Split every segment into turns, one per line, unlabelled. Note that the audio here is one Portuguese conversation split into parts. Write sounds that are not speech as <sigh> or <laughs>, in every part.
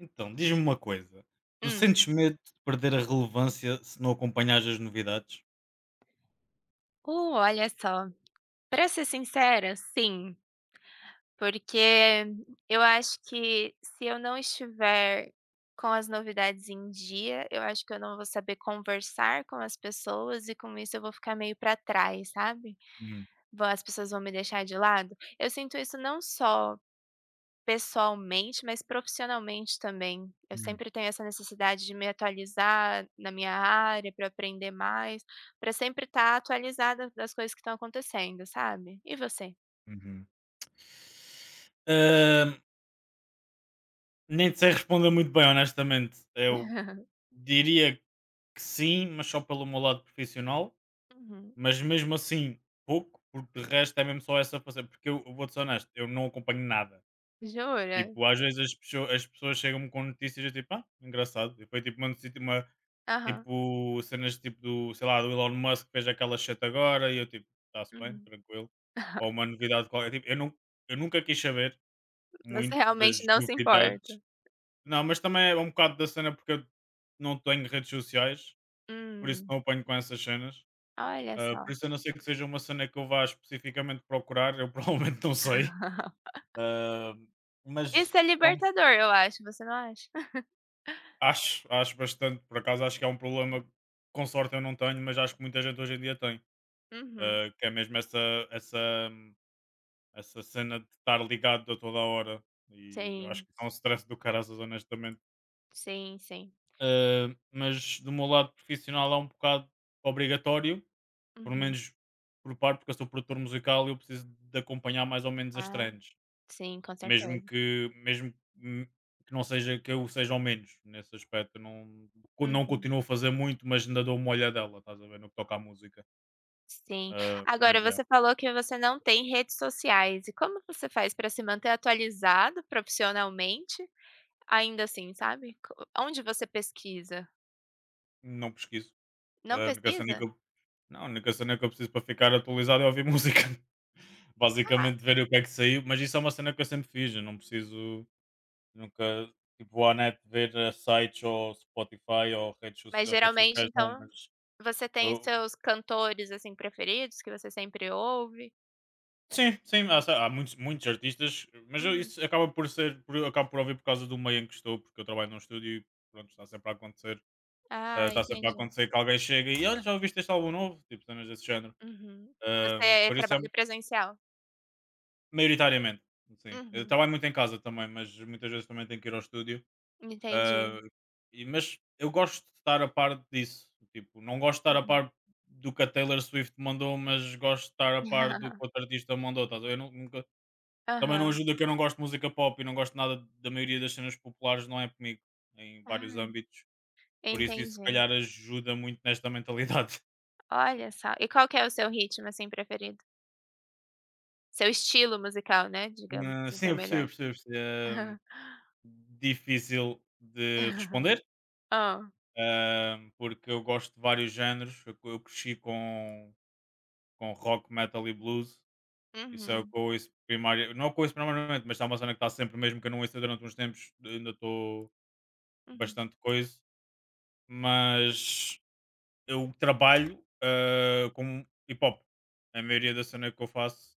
Então, diz-me uma coisa. Tu
Hum.
sentes medo de perder a relevância se não acompanhares as novidades?
Olha só, pra ser sincera, sim, porque eu acho que se eu não estiver com as novidades em dia, eu acho que eu não vou saber conversar com as pessoas e com isso eu vou ficar meio pra trás, sabe?
Hum,
Vão As pessoas vão me deixar de lado. Eu sinto isso não só pessoalmente, mas profissionalmente também. Eu
hum,
sempre tenho essa necessidade de me atualizar na minha área para aprender mais, para sempre estar atualizada das coisas que estão acontecendo, sabe. E você?
uhum. Ahm, Nem sei responder muito bem, honestamente. Eu
<laughs>
diria que sim, mas só pelo meu lado profissional.
Uhum.
Mas mesmo assim, pouco, porque de resto é mesmo só essa fazer. Porque eu vou-te ser honesto, eu não acompanho nada.
Jura?
Tipo, às vezes as pessoas chegam-me com notícias e tipo, ah, engraçado. E foi tipo uma notícia, uma,
Aham.
tipo, cenas tipo do, sei lá, do Elon Musk que fez aquela shit agora e eu tipo, está-se bem,
Uhum.
tranquilo. Ou uma
<laughs>
novidade qualquer. Tipo, eu, eu nunca quis saber
Você
muito das
realmente não se
novidades.
importa.
Não, mas também é um bocado da cena, porque eu não tenho redes sociais, por isso
Hum,
não apanho com essas cenas.
olha
Ah,
só.
por isso eu não sei, que seja uma cena que eu vá especificamente procurar, eu <laughs> provavelmente não sei.
<laughs>
Ah,
Isso
mas
é
é um
libertador, eu acho, você não acha? <laughs>
acho bastante. Por acaso acho que é um problema que, com sorte, eu não tenho, mas acho que muita gente hoje em dia tem.
Uhum.
Que é mesmo essa, essa, essa cena de estar ligado a toda a hora. E eu acho
Sim,
que isso é um stress do caraças, honestamente.
sim, sim.
Mas do meu lado profissional é um bocado obrigatório, pelo
Uhum.
menos por parte, porque eu sou produtor musical e eu preciso de acompanhar mais ou menos as
Ah,
trends.
sim, com
Mesmo
certeza.
que mesmo que não seja, que eu seja ao menos nesse aspecto, não não
Uhum.
continuo a fazer muito, mas ainda dou uma olhadela, estás a ver, no que toca à música.
Sim.
Ah,
Agora
mas já
você falou que você não tem redes sociais, e como você faz para se manter atualizado profissionalmente, ainda assim, sabe? Co Onde você pesquisa?
não pesquiso.
Não
Ah, a única cena que
pesquisa?
eu não a única cena que eu preciso para ficar atualizado é ouvir <laughs> música,
Ah,
basicamente. Ver o que é que saiu, mas isso é uma cena que eu sempre fiz, eu não preciso. Nunca tipo vou à net ver sites ou Spotify ou
mas
ou redes
geralmente
sociais, não,
então
mas.
você tem os seus cantores, assim, preferidos que você sempre ouve?
Sim, sim, há muitos, muitos artistas, mas
Uhum.
isso acaba por ser, por, acabo por ouvir por causa do meio em que estou, porque eu trabalho num estúdio e, pronto, está sempre a acontecer.
Ah,
Está sempre a
entendi.
acontecer que alguém chega e olha, já ouviste este álbum novo, tipo cenas desse género.
Uhum. Você
Por isso é,
trabalha presencial?
maioritariamente, sim. Eu
Uhum.
trabalho muito em casa também, mas muitas vezes também tenho que ir ao estúdio. ah,
Entendi.
mas eu gosto de estar a par disso. Tipo, não gosto de estar a
Uhum.
par do que a Taylor Swift mandou, mas gosto de estar a par do
<laughs>
que outro artista mandou. Estás a ver? Eu nunca. Também não
Aham.
ajuda que eu não gosto de música pop e não gosto nada da maioria das cenas populares, não é comigo, em vários
Ah,
âmbitos. Por isso, isso se
entendi.
calhar ajuda muito nesta mentalidade. <laughs>
Olha só. E qual que é o seu ritmo, assim, preferido? Seu estilo musical, né, digamos
Ah,
assim,
sim,
que é
eu percebo, eu
melhor.
percebo. Eu percebo.
<laughs>
Difícil de responder.
Hã.
Porque eu gosto de vários géneros. Eu cresci com, rock, metal e blues. Isso é o
Uhum,
que eu ouço primário. Não é o que eu ouço primariamente, mas está uma cena que está sempre, mesmo que eu não ouça durante uns tempos, ainda estou
uhum.
bastante coisa. Mas eu trabalho com hip hop. A maioria da cena que eu faço,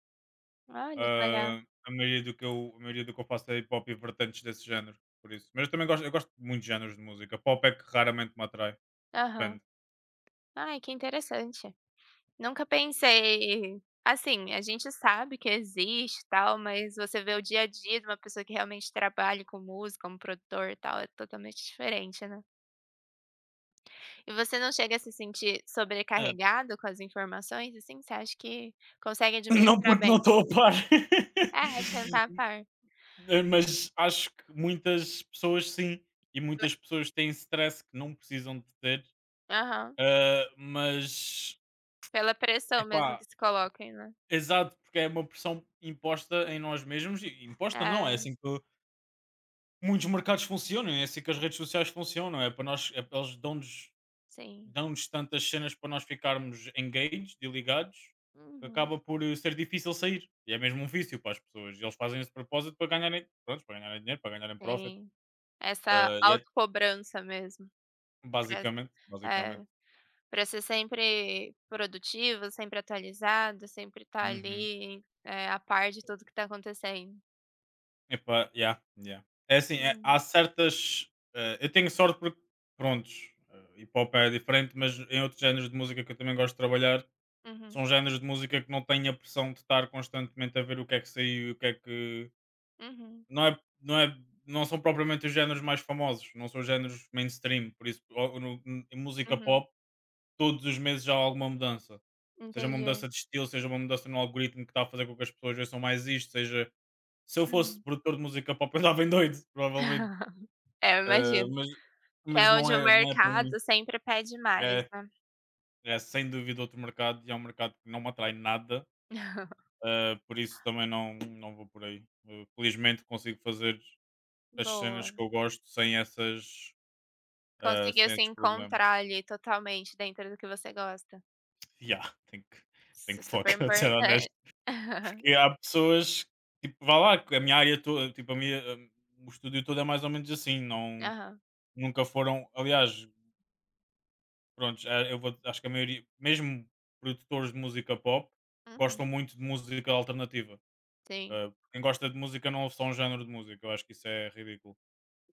Olha, que legal.
ah, a maioria do que eu faço é hip hop e vertentes desse género. Por isso. Mas eu também gosto, eu gosto de muitos géneros de música. Pop é que raramente me atrai.
Aham.
Depende.
Ai, que interessante. Nunca pensei assim, a gente sabe que existe, e tal, mas você vê o dia a dia de uma pessoa que realmente trabalha com música, como produtor e tal, é totalmente diferente, né. E você não chega a se sentir
Ah,
sobrecarregado com as informações, assim? Você acha que consegue
<laughs> Não,
administrar
porque não
bem?
estou a par. <laughs>
É, tentar par
Mas acho que muitas pessoas sim, e
ma
muitas pessoas têm stress que não precisam de ter.
aham.
ah, mas
Pela pressão mesmo que
Epá,
se coloquem, né.
exato, porque é uma pressão imposta em nós mesmos. E imposta não, é
É,
assim que muitos mercados funcionam, é assim que as redes sociais funcionam, é para nós, é, eles dão-nos
sim.
dão-nos tantas cenas para nós ficarmos engaged e ligados, que
Uhum.
acaba por ser difícil sair. E é mesmo um vício para as pessoas. E eles fazem esse de propósito para ganharem, pronto, para ganharem dinheiro, para ganharem profit.
Sim. Essa
E é
autocobrança mesmo pra
basicamente,
é,
basicamente.
pra ser sempre produtivo, sempre atualizado, sempre estar
Uhum.
ali, a par de tudo que tá acontecendo.
Epá, yeah, yeah. É assim, há
Uhum,
certas. Eu tenho sorte porque, prontos, hip hop é diferente, mas em outros géneros de música que eu também gosto de trabalhar,
uhum,
são géneros de música que não têm a pressão de estar constantemente a ver o que é que saiu e o que é que.
uhum,
Não é. Não é, não são propriamente os géneros mais famosos, não são os géneros mainstream, por isso ou em música
uhum.
pop todos os meses há alguma mudança, seja uma
Entendi.
mudança de estilo, seja uma mudança no algoritmo que está a fazer com que as pessoas ouçam mais isto, seja, se eu fosse
Uhum.
produtor de música pop, eu andava em doido, provavelmente.
<laughs> É, eu
Ah,
imagino.
mas
Que é onde o
não é para mim.
mercado sempre pede mais,
É
né.
é sem dúvida outro mercado e é um mercado que não me atrai nada,
<laughs>
por isso também não vou por aí. Eu, felizmente, consigo fazer as cenas que
Boa.
eu gosto sem essas,
Conseguiu
sem
se
esses problemas.
encontrar ali totalmente dentro do que você gosta.
Yeah,
Isso
tenho
é
que
super
focar, <laughs> de ser honesto,
importante. <laughs>
porque há pessoas, tipo, vá lá, que a minha área toda, tipo, a minha, o estúdio todo é mais ou menos assim, não.
Aham.
Nunca foram, aliás. Prontos, eh, eu vou acho que a maioria, mesmo produtores de música pop,
Uhum.
gostam muito de música alternativa.
Sim.
Quem gosta de música não ouve só um género de música, eu acho que isso é ridículo.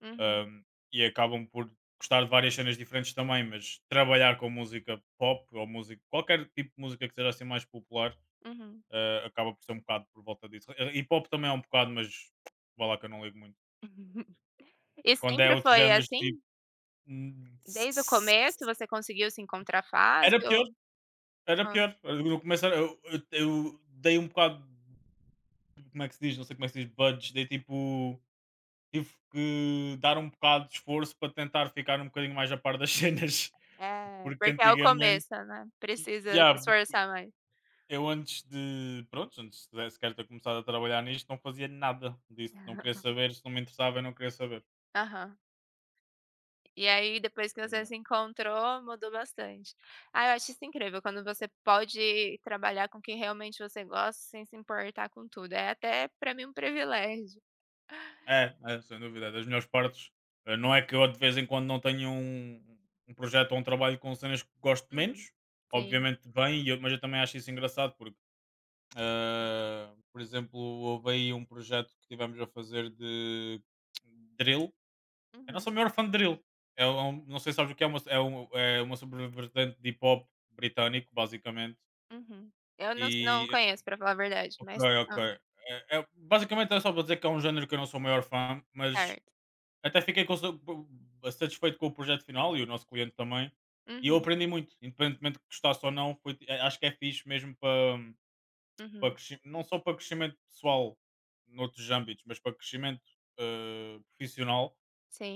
Uhum.
Ahm, e acabam por gostar de várias cenas diferentes também, mas trabalhar com música pop ou música, qualquer tipo de música que seja assim mais popular,
Uhum.
acaba por ser um bocado por volta disso. E pop também é um bocado, mas vá lá que eu não ligo muito.
<laughs> E
Quando é
sempre
outro
foi
género deste tipo,
assim?
hum,
Desde o começo você conseguiu se encontrar
era pior.
fácil?
Era
Hã.
pior. No começo era eu dei um bocado. Como é que se diz? Não sei como é que se diz, budge, dei tipo tive que dar um bocado de esforço para tentar ficar um bocadinho mais a par das <laughs> cenas,
É,
porque
porque é o
antigamente,
começo, né,
e
precisa se
yeah,
esforçar mais.
eu antes de pronto, antes de sequer ter começado a trabalhar nisto, não fazia nada disso, não queria
<laughs>
saber, se não me interessava, eu não queria saber.
Aham. E aí depois que você se encontrou, mudou bastante. Ah, eu acho isso incrível quando você pode trabalhar com o que realmente você gosta, sem se importar com tudo, é até pra mim um privilégio.
É, sem dúvida, é das melhores partes. Não é que eu, de vez em quando, não tenho um projeto ou um trabalho com cenas que gosto
Uhum.
menos,
Sim.
obviamente bem, e mas eu também acho isso engraçado porque, por exemplo, houve aí um projeto que tivemos a fazer de drill. Eu não
Uhum,
sou o maior fã de drill. Não sei se sabes o que é, uma, é, é uma subvertente de hip hop britânico, basicamente.
uhum. Eu não
E.
conheço pra falar a verdade,
Ok,
mas
ok.
hã,
Basicamente é só para dizer que é um género que eu não sou o maior fã, mas
certo.
até fiquei com satisfeito com o projeto final e o nosso cliente também. E eu
Uhum,
aprendi muito, independentemente de gostasse ou não. Foi, acho que é fixe mesmo para, para
uhum.
não só para crescimento pessoal noutros âmbitos, mas para crescimento profissional.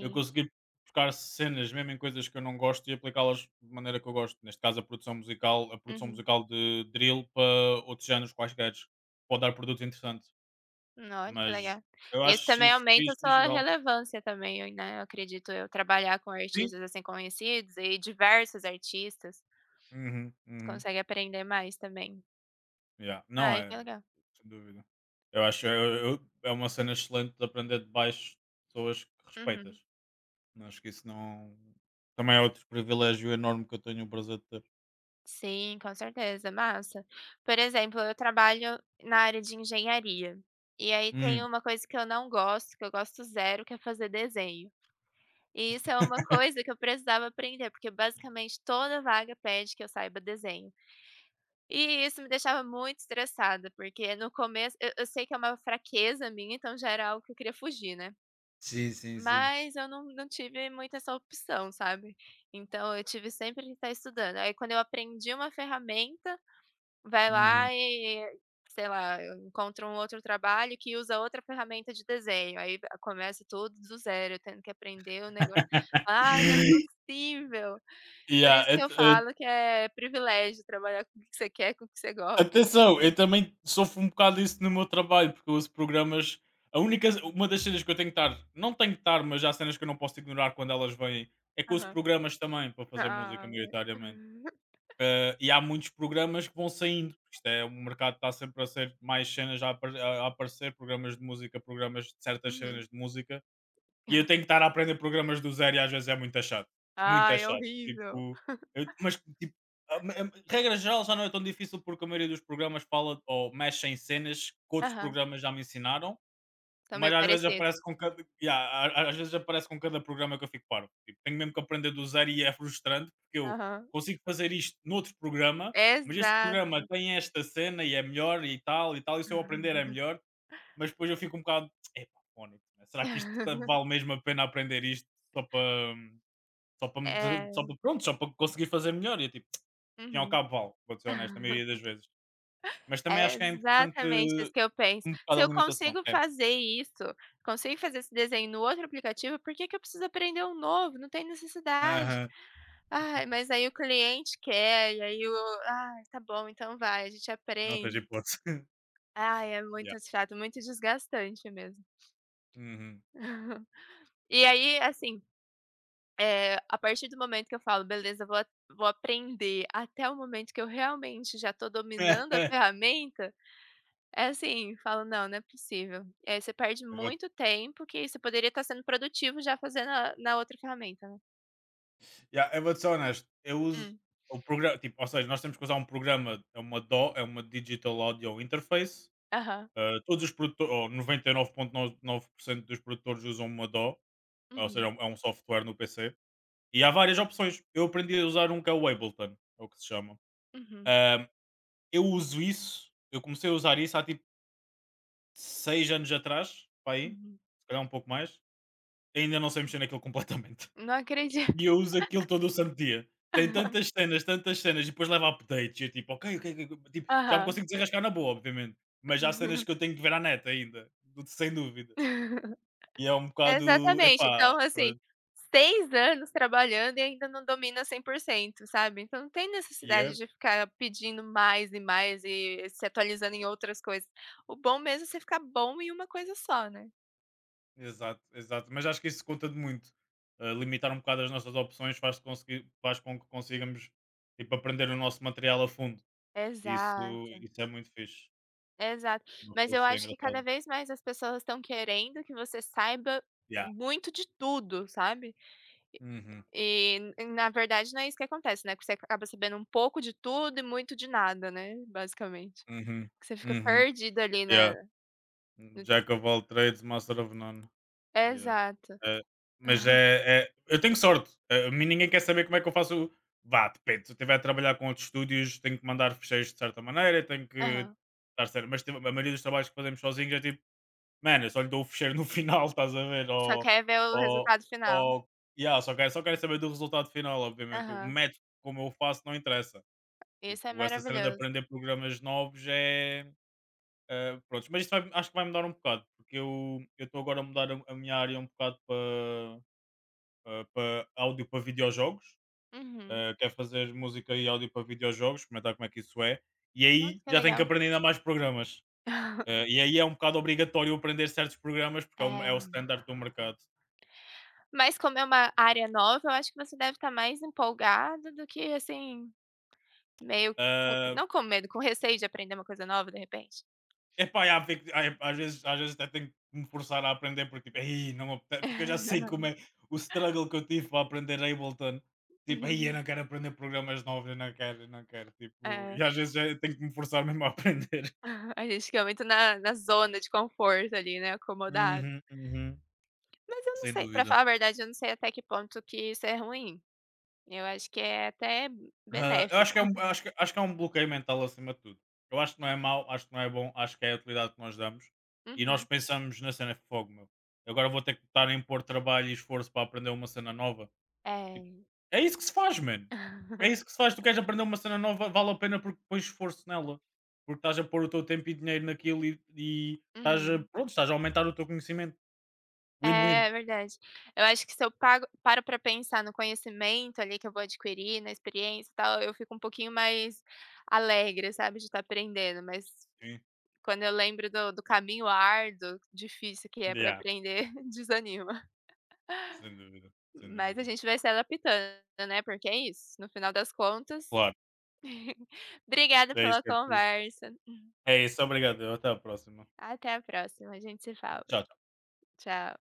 Eu consegui buscar cenas, mesmo em coisas que eu não gosto, e aplicá-las de maneira que eu gosto. Neste caso, a produção
Uhum.
musical de drill para outros géneros quaisquer. Pode dar produto interessante,
Olha que
mas
legal.
eu
Isso
acho
também
isso
aumenta a
fixe em
sua
geral.
relevância também, né, eu acredito eu, trabalhar com
Sim.
artistas, assim, conhecidos e diversos artistas.
Uhum, uhum.
Consegue aprender mais também.
Yeah. Não
Ai,
é,
que legal.
sem dúvida. Eu acho, é uma cena excelente de aprender de pessoas que
Uhum.
respeitas. Acho que isso não. Também é outro privilégio enorme que eu tenho o prazer de ter.
Sim, com certeza, massa. Por exemplo, eu trabalho na área de engenharia, e aí tem
Hum.
uma coisa que eu não gosto, que eu gosto zero, que é fazer desenho. E isso é uma coisa que eu precisava aprender, porque basicamente toda vaga pede que eu saiba desenho. E isso me deixava muito estressada, porque no começo eu sei que é uma fraqueza minha, então já era algo que eu queria fugir, né.
Sim, sim, sim.
Mas eu não tive muito essa opção, sabe. Então eu tive sempre que estar estudando. Aí quando eu aprendi uma ferramenta, vai
Uhum.
lá e, sei lá, eu encontro um outro trabalho que usa outra ferramenta de desenho, aí começa tudo do zero, eu tendo que aprender o negócio. Ai, não é
<laughs>
possível. Por
Yeah,
isso que eu falo que é privilégio trabalhar com o que você quer, com o que você gosta.
atenção, eu também sofro um bocado disso no meu trabalho, porque eu uso programas. Uma das cenas que eu tenho que estar, não tenho que estar, mas há cenas que eu não posso ignorar quando elas vêm, é que eu uso
Aham.
programas também para fazer música,
Ah.
maioritariamente.
<laughs>
E há muitos programas que vão saindo. Isto é, o mercado está sempre a ser mais cenas a aparecer, programas de música, programas de certas
Uhum.
cenas de música. E eu tenho que estar a aprender programas do zero e às vezes é muito chato. Muito
Ai, é
chato.
horrível.
Tipo, mas, tipo, a- a- regra geral já não é tão difícil porque a maioria dos programas fala ou mexe em cenas que outros
Aham.
programas já me ensinaram,
Tá
mas
meio parecido.
às vezes aparece com cada programa que eu fico parvo. Tipo, tenho mesmo que aprender do zero e é frustrante, porque eu
Aham.
consigo fazer isto noutro programa, mas este
Exato.
programa tem esta cena e é melhor e tal e tal, e se eu aprender é melhor, mas depois eu fico um bocado: "Epá, fónix, será que isto ta
<laughs>
vale mesmo a pena aprender isto só para só para só
É,
para pronto, só para conseguir fazer melhor?" E eu tipo: <tsk> "Ao fim e ao
uhum.
cabo vale", vou ser honesto, a maioria das
<laughs>
vezes. Mas também
É
acho que é importante
exatamente isso que eu penso.
um
Se
bocado a
eu
limitação.
consigo
É.
fazer isso, consigo fazer esse desenho no outro aplicativo, por que que eu preciso aprender um novo? Não tem necessidade.
Aham.
Ai, mas aí o cliente quer, e aí o "Ai, tá bom, então vai, a gente
Não tens
aprende".
hipótese.
Ai, é muito
<laughs>
chato, muito desgastante mesmo.
Uhum.
<laughs> E aí, assim, é a partir do momento que eu falo: "Beleza, vou aprender", até o momento que eu realmente já estou dominando a
<laughs>
ferramenta, é assim, falo: "Não, não é possível". E aí você perde
Eu vou
muito tempo que você poderia estar sendo produtivo já fazendo a na outra ferramenta, né.
yeah, eu vou-te ser honesto, eu uso
Hum.
o programa, tipo, ou seja, nós temos que usar um programa, é uma DAW, é uma Digital Audio Interface.
Aham.
Todos os produtores, ou 99,9% dos produtores usam uma DAW, ou seja,
Uhum.
é um software no PC, e há várias opções. Eu aprendi a usar um que é o Ableton, é o que se chama.
Uhum.
Ah, eu uso isso, eu comecei a usar isso há tipo 6 anos atrás, para aí,
Uhum.
se calhar um pouco mais. Ainda não sei mexer naquilo <laughs> completamente.
Não acredito.
E eu uso aquilo todo o santo dia. Tem
<laughs>
tantas cenas, e depois leva updates. E eu tipo: "Ok, ok, ok, ok", tipo, já me
Aham.
consigo desenrascar na boa, obviamente, mas há cenas que eu
<laughs>
tenho que ver à neta ainda, do sem dúvida. E é um bocado,
Exatamente.
epá,
Então, assim,
pronto.
6 anos trabalhando e ainda não domina 100%, sabe. Então não tem
E
necessidade
é
de ficar pedindo mais e mais e se atualizando em outras coisas. O bom mesmo é você ficar bom em uma coisa só, né.
exato, exato. Mas acho que isso conta de muito. Ah, limitar um bocado as nossas opções faz conseguir faz com que consigamos, tipo, aprender o nosso material a fundo. E isso
Exato,
isso é muito fixe.
exato.
Uma
Mas eu
filosofia
acho que cada
engraçada.
vez mais as pessoas estão querendo que você saiba
Yeah.
muito de tudo, sabe.
Uhum,
E n- na verdade não é isso que acontece, né, que você acaba sabendo um pouco de tudo e muito de nada, né, basicamente.
uhum,
Que você fica
uhum.
perdido ali na
Yeah. Jack of all trades, master of none. Yeah.
Exato.
Eh, mas
Aham.
eu tenho sorte. Eh, a mim ninguém quer saber como é que eu faço. Vá, depende. Se eu estiver a trabalhar com outros estúdios, tenho que mandar fecheiros de certa maneira, tenho que
Aham.
estar certo. Mas, tipo, a maioria dos trabalhos que fazemos sozinhos é tipo, mano, eu só lhe dou o fecheiro no <laughs> final, estás a ver?
Só
Ou.
quer ver o
Ou,
resultado final.
ou yeah, só quero saber do resultado final, obviamente. O
Aham.
método como eu faço não interessa.
Isso é
Tipo, essa cena de
maravilhoso.
aprender programas novos é. Ah, prontos, mas isso acho que vai mudar um bocado, porque eu estou agora a mudar a minha área um bocado para para áudio para videojogos.
Uhum.
Ah, quero fazer música e áudio para videojogos, experimentar como é que isso é. E
Nossa,
aí
que
já tenho que
legal.
aprender ainda mais programas. Ah,
<laughs>
e aí é um bocado obrigatório aprender certos programas, porque é o
É.
standard do mercado.
Mas como é uma área nova, eu acho que você deve estar mais empolgado do que, assim, meio co
Ah,
não com medo, com receio de aprender uma coisa nova, de repente.
epá, já, às vezes até tenho que me forçar a aprender porque, tipo, "Ei, não me apete-" porque eu já sei como
<laughs>
é o struggle que eu tive para aprender Ableton. Tipo, aí eu
Uhum.
não quero aprender programas novos, eu não quero, eu não quero. Tipo,
É.
e às vezes eu tenho que me forçar mesmo a aprender.
<laughs> A gente fica muito na zona de conforto ali, né, acomodado.
Uhum, uhum.
Mas eu não
Sem
sei, pra
dúvida.
falar a verdade, eu não sei até que ponto que isso é ruim. Eu acho que é até
Ah, eu
benéfico.
acho que é um bloqueio mental acima de tudo. Eu acho que não é mau, acho que não é bom, acho que é a utilidade que nós damos. E nós
Uhum.
pensamos na cena, fogo, meu. Eu agora vou ter que estar a impor trabalho e esforço para aprender uma cena nova. Tipo,
É.
é isso que se faz, mano. É isso que
<laughs>
se faz. Tu queres aprender uma cena nova, vale a pena porque pões esforço nela. Porque estás a pôr o teu tempo e dinheiro naquilo e estás a,
Uhum.
pronto, estás a aumentar o teu conhecimento. Win-win.
É verdade. Eu acho que se eu pago paro para pensar no conhecimento ali que eu vou adquirir, na experiência e tal, eu fico um pouquinho mais alegre, sabe, de estar aprendendo, mas
Sim,
quando eu lembro do caminho árduo, difícil que é para
yeah,
aprender, <laughs> desanima.
sem dúvida, sem
Mas a
dúvida.
gente vai se adaptando, né, porque é isso, no final das contas.
Claro,
<laughs> Obrigada
é isso
pela
que é preciso.
conversa.
É isso, obrigado. Até a próxima.
Até a próxima, a gente se fala.
Tchau,
Tchau.